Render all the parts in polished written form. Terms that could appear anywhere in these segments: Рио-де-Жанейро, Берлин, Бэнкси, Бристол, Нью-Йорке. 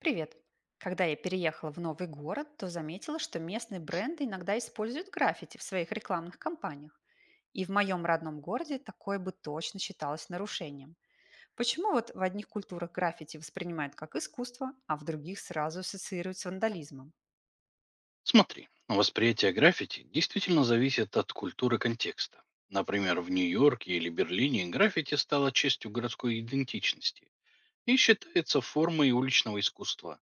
Привет! Когда я переехала в новый город, то заметила, что местные бренды иногда используют граффити в своих рекламных кампаниях. И в моем родном городе такое бы точно считалось нарушением. Почему вот в одних культурах граффити воспринимают как искусство, а в других сразу ассоциируют с вандализмом? Смотри, восприятие граффити действительно зависит от культуры контекста. Например, в Нью-Йорке или Берлине граффити стало частью городской идентичности и считается формой уличного искусства.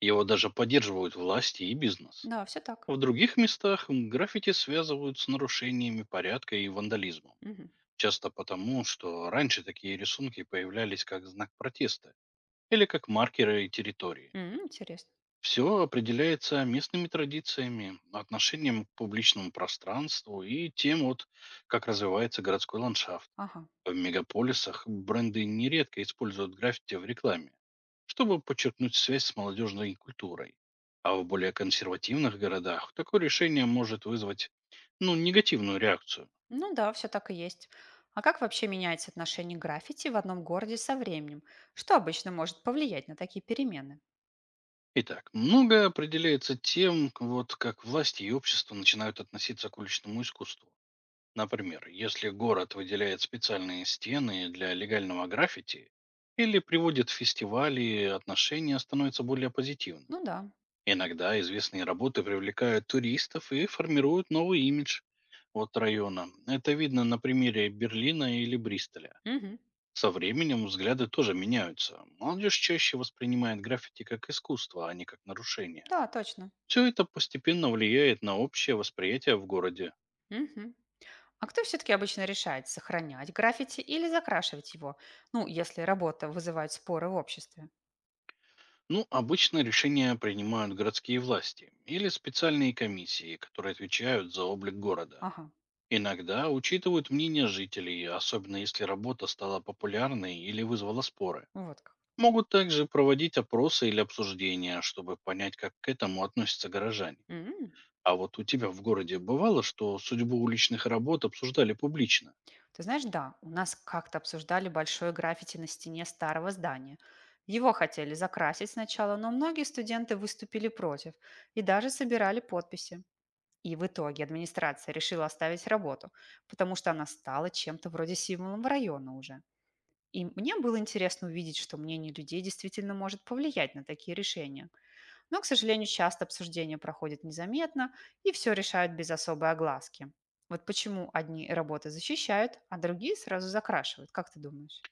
Его даже поддерживают власти и бизнес. Да, все так. В других местах граффити связывают с нарушениями порядка и вандализмом. Мгм. Часто потому, что раньше такие рисунки появлялись как знак протеста или как маркеры территории. М, интересно. Все определяется местными традициями, отношением к публичному пространству и тем, как развивается городской ландшафт. Ага. В мегаполисах бренды нередко используют граффити в рекламе, чтобы подчеркнуть связь с молодежной культурой. А в более консервативных городах такое решение может вызвать ну, негативную реакцию. Ну да, все так и есть. А как вообще меняется отношение к граффити в одном городе со временем? Что обычно может повлиять на такие перемены? Итак, многое определяется тем, как власти и общество начинают относиться к уличному искусству. Например, если город выделяет специальные стены для легального граффити или приводит фестивали, отношения становятся более позитивными. Ну да. Иногда известные работы привлекают туристов и формируют новый имидж от района. Это видно на примере Берлина или Бристоля. Мгм. Со временем взгляды тоже меняются. Молодежь чаще воспринимает граффити как искусство, а не как нарушение. Да, точно. Все это постепенно влияет на общее восприятие в городе. Мгм. А кто все-таки обычно решает, сохранять граффити или закрашивать его? Ну, если работа вызывает споры в обществе. Ну, обычно решения принимают городские власти или специальные комиссии, которые отвечают за облик города. Ага, Иногда учитывают мнение жителей, особенно если работа стала популярной или вызвала споры. ну вот как. Могут также проводить опросы или обсуждения, чтобы понять, как к этому относятся горожане. М. А вот у тебя в городе бывало, что судьбу уличных работ обсуждали публично? Ты знаешь, да, у нас как-то обсуждали большое граффити на стене старого здания. Его хотели закрасить сначала, но многие студенты выступили против и даже собирали подписи. И в итоге администрация решила оставить работу, потому что она стала чем-то вроде символом района уже. И мне было интересно увидеть, что мнение людей действительно может повлиять на такие решения. Но, к сожалению, часто обсуждения проходят незаметно и все решают без особой огласки. Вот почему одни работы защищают, а другие сразу закрашивают, как ты думаешь?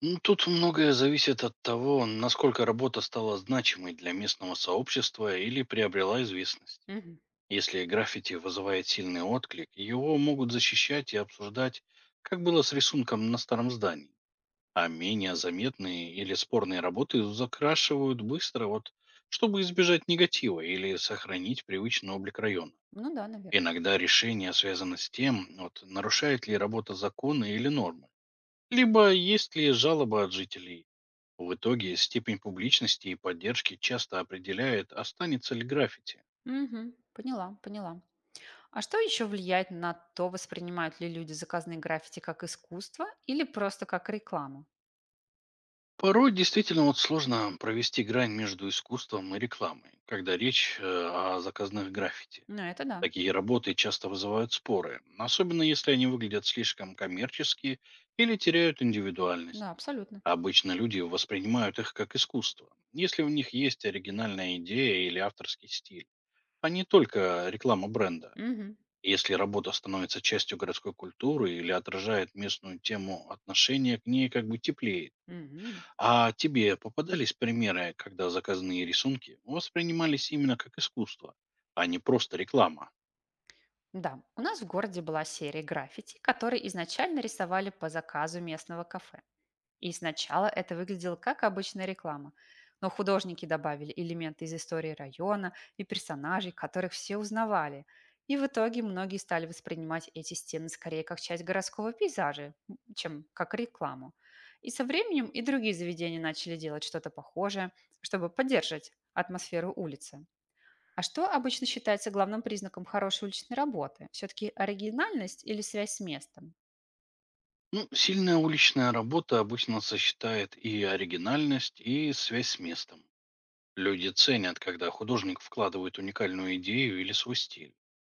Ну, тут многое зависит от того, насколько работа стала значимой для местного сообщества или приобрела известность. Мгм. Если граффити вызывает сильный отклик, его могут защищать и обсуждать, как было с рисунком на старом здании. А менее заметные или спорные работы закрашивают быстро, чтобы избежать негатива или сохранить привычный облик района. Ну да, наверное. Иногда решение связано с тем, нарушает ли работа законы или нормы, либо есть ли жалоба от жителей. В итоге степень публичности и поддержки часто определяет, останется ли граффити. Мгм. Поняла, поняла. А что еще влияет на то, воспринимают ли люди заказные граффити как искусство или просто как рекламу? Порой действительно вот сложно провести грань между искусством и рекламой, когда речь о заказных граффити. Ну это да, Такие работы часто вызывают споры, особенно если они выглядят слишком коммерчески или теряют да, индивидуальность. абсолютно. Обычно люди воспринимают их как искусство, если у них есть оригинальная идея или авторский стиль, а не только реклама бренда. Мгм. Если работа становится частью городской культуры или отражает местную тему, отношение к ней как бы теплеет. Мгм. А тебе попадались примеры, когда заказные рисунки воспринимались именно как искусство, а не просто реклама? Да, у нас в городе была серия граффити, которые изначально рисовали по заказу местного кафе. И сначала это выглядело как обычная реклама. Но художники добавили элементы из истории района и персонажей, которых все узнавали. И в итоге многие стали воспринимать эти стены скорее как часть городского пейзажа, чем как рекламу. И со временем и другие заведения начали делать что-то похожее, чтобы поддерживать атмосферу улицы. А что обычно считается главным признаком хорошей уличной работы? Все-таки оригинальность или связь с местом? Ну, сильная уличная работа обычно сочетает и оригинальность, и связь с местом. Люди ценят, когда художник вкладывает уникальную идею или свой стиль,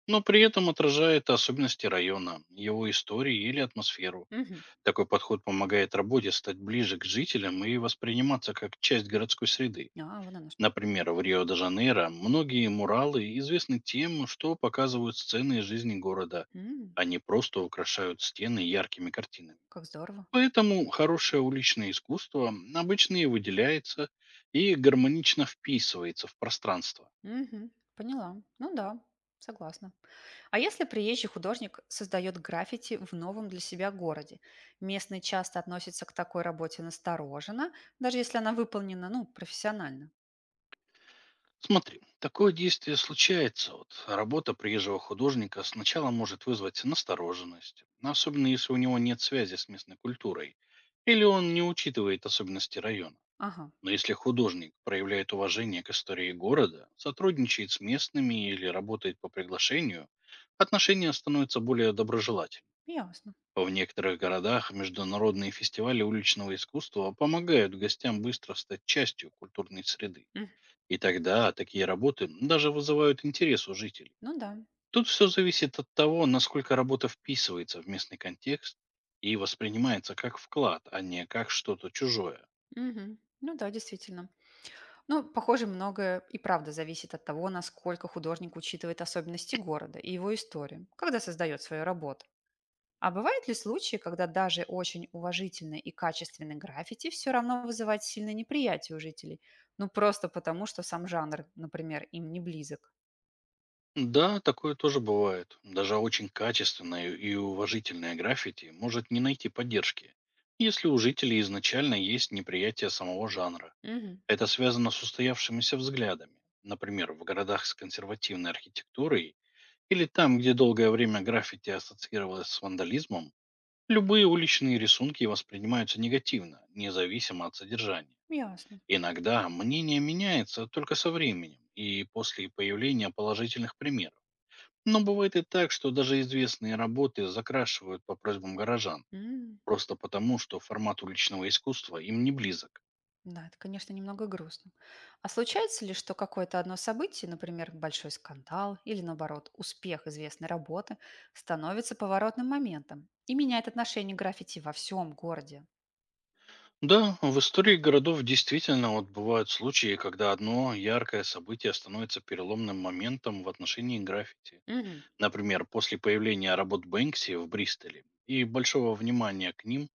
но при этом отражает особенности района, его истории или атмосферу. Мгм. Такой подход помогает работе стать ближе к жителям и восприниматься как часть городской среды. А, вон оно что. Например, в Рио-де-Жанейро многие муралы известны тем, что показывают сцены из жизни города, М, а не просто украшают стены яркими картинами. как здорово. Поэтому хорошее уличное искусство обычно и выделяется, и гармонично вписывается в пространство. Мгм. Поняла. Ну да, согласна. А если приезжий художник создает граффити в новом для себя городе? Местные часто относятся к такой работе настороженно, даже если она выполнена, ну, профессионально. Смотри, такое действие случается. Вот работа приезжего художника сначала может вызвать настороженность, особенно если у него нет связи с местной культурой или он не учитывает особенности района. Ага, Но если художник проявляет уважение к истории города, сотрудничает с местными или работает по приглашению, отношения становятся более доброжелательными. ясно. В некоторых городах международные фестивали уличного искусства помогают гостям быстро стать частью культурной среды. М, И тогда такие работы даже вызывают интерес у жителей. Ну да. Тут все зависит от того, насколько работа вписывается в местный контекст и воспринимается как вклад, а не как что-то чужое. Мгм. Ну да, действительно. Ну, похоже, многое и правда зависит от того, насколько художник учитывает особенности города и его историю, когда создает свою работу. А бывают ли случаи, когда даже очень уважительный и качественный граффити все равно вызывает сильное неприятие у жителей? Ну, просто потому, что сам жанр, например, им не близок. Да, такое тоже бывает. Даже очень качественное и уважительное граффити может не найти поддержки, если у жителей изначально есть неприятие самого жанра. Угу, Это связано с устоявшимися взглядами. Например, в городах с консервативной архитектурой или там, где долгое время граффити ассоциировалось с вандализмом, любые уличные рисунки воспринимаются негативно, независимо от содержания. ясно. Иногда мнение меняется только со временем и после появления положительных примеров. Но бывает и так, что даже известные работы закрашивают по просьбам горожан, М. просто потому, что формат уличного искусства им не близок. Да, это, конечно, немного грустно. А случается ли, что какое-то одно событие, например, большой скандал или, наоборот, успех известной работы, становится поворотным моментом и меняет отношение к граффити во всем городе? Да, в истории городов действительно вот бывают случаи, когда одно яркое событие становится переломным моментом в отношении граффити. Мгм. Например, после появления работ Бэнкси в Бристоле и большого внимания к ним,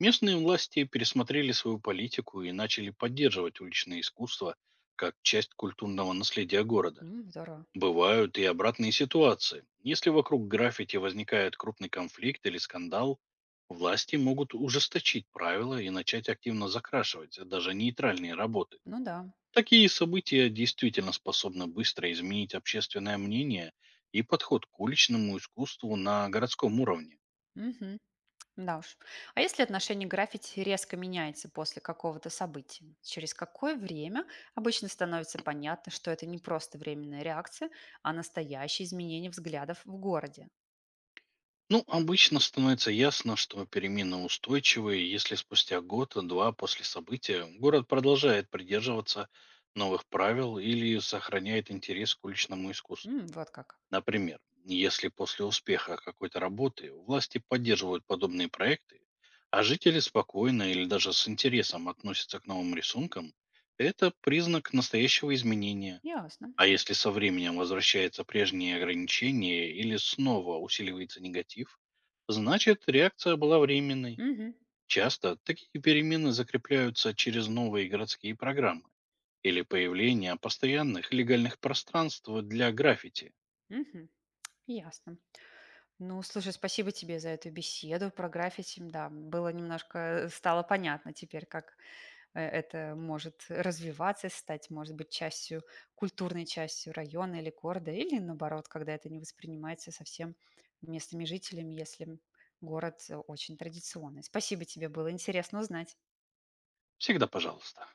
местные власти пересмотрели свою политику и начали поддерживать уличное искусство как часть культурного наследия города. М, здорово. Бывают и обратные ситуации. Если вокруг граффити возникает крупный конфликт или скандал, власти могут ужесточить правила и начать активно закрашивать а даже нейтральные работы. Ну да. Такие события действительно способны быстро изменить общественное мнение и подход к уличному искусству на городском уровне. Мгм. Да уж. А если отношение к граффити резко меняется после какого-то события, через какое время обычно становится понятно, что это не просто временная реакция, а настоящее изменение взглядов в городе? Ну, обычно становится ясно, что перемены устойчивые, если спустя год-два после события город продолжает придерживаться новых правил или сохраняет интерес к уличному искусству. М, вот как. Например, если после успеха какой-то работы власти поддерживают подобные проекты, а жители спокойно или даже с интересом относятся к новым рисункам, это признак настоящего изменения. Ясно. А если со временем возвращаются прежние ограничения или снова усиливается негатив, значит реакция была временной. Мгм. Часто такие перемены закрепляются через новые городские программы или появление постоянных легальных пространств для граффити. Мгм. Ясно. Ну, слушай, спасибо тебе за эту беседу про граффити. Да, было немножко, стало понятно теперь, как это может развиваться, стать, может быть, частью, культурной частью района или города, или наоборот, когда это не воспринимается совсем местными жителями, если город очень традиционный. Спасибо тебе, было интересно узнать. Всегда пожалуйста.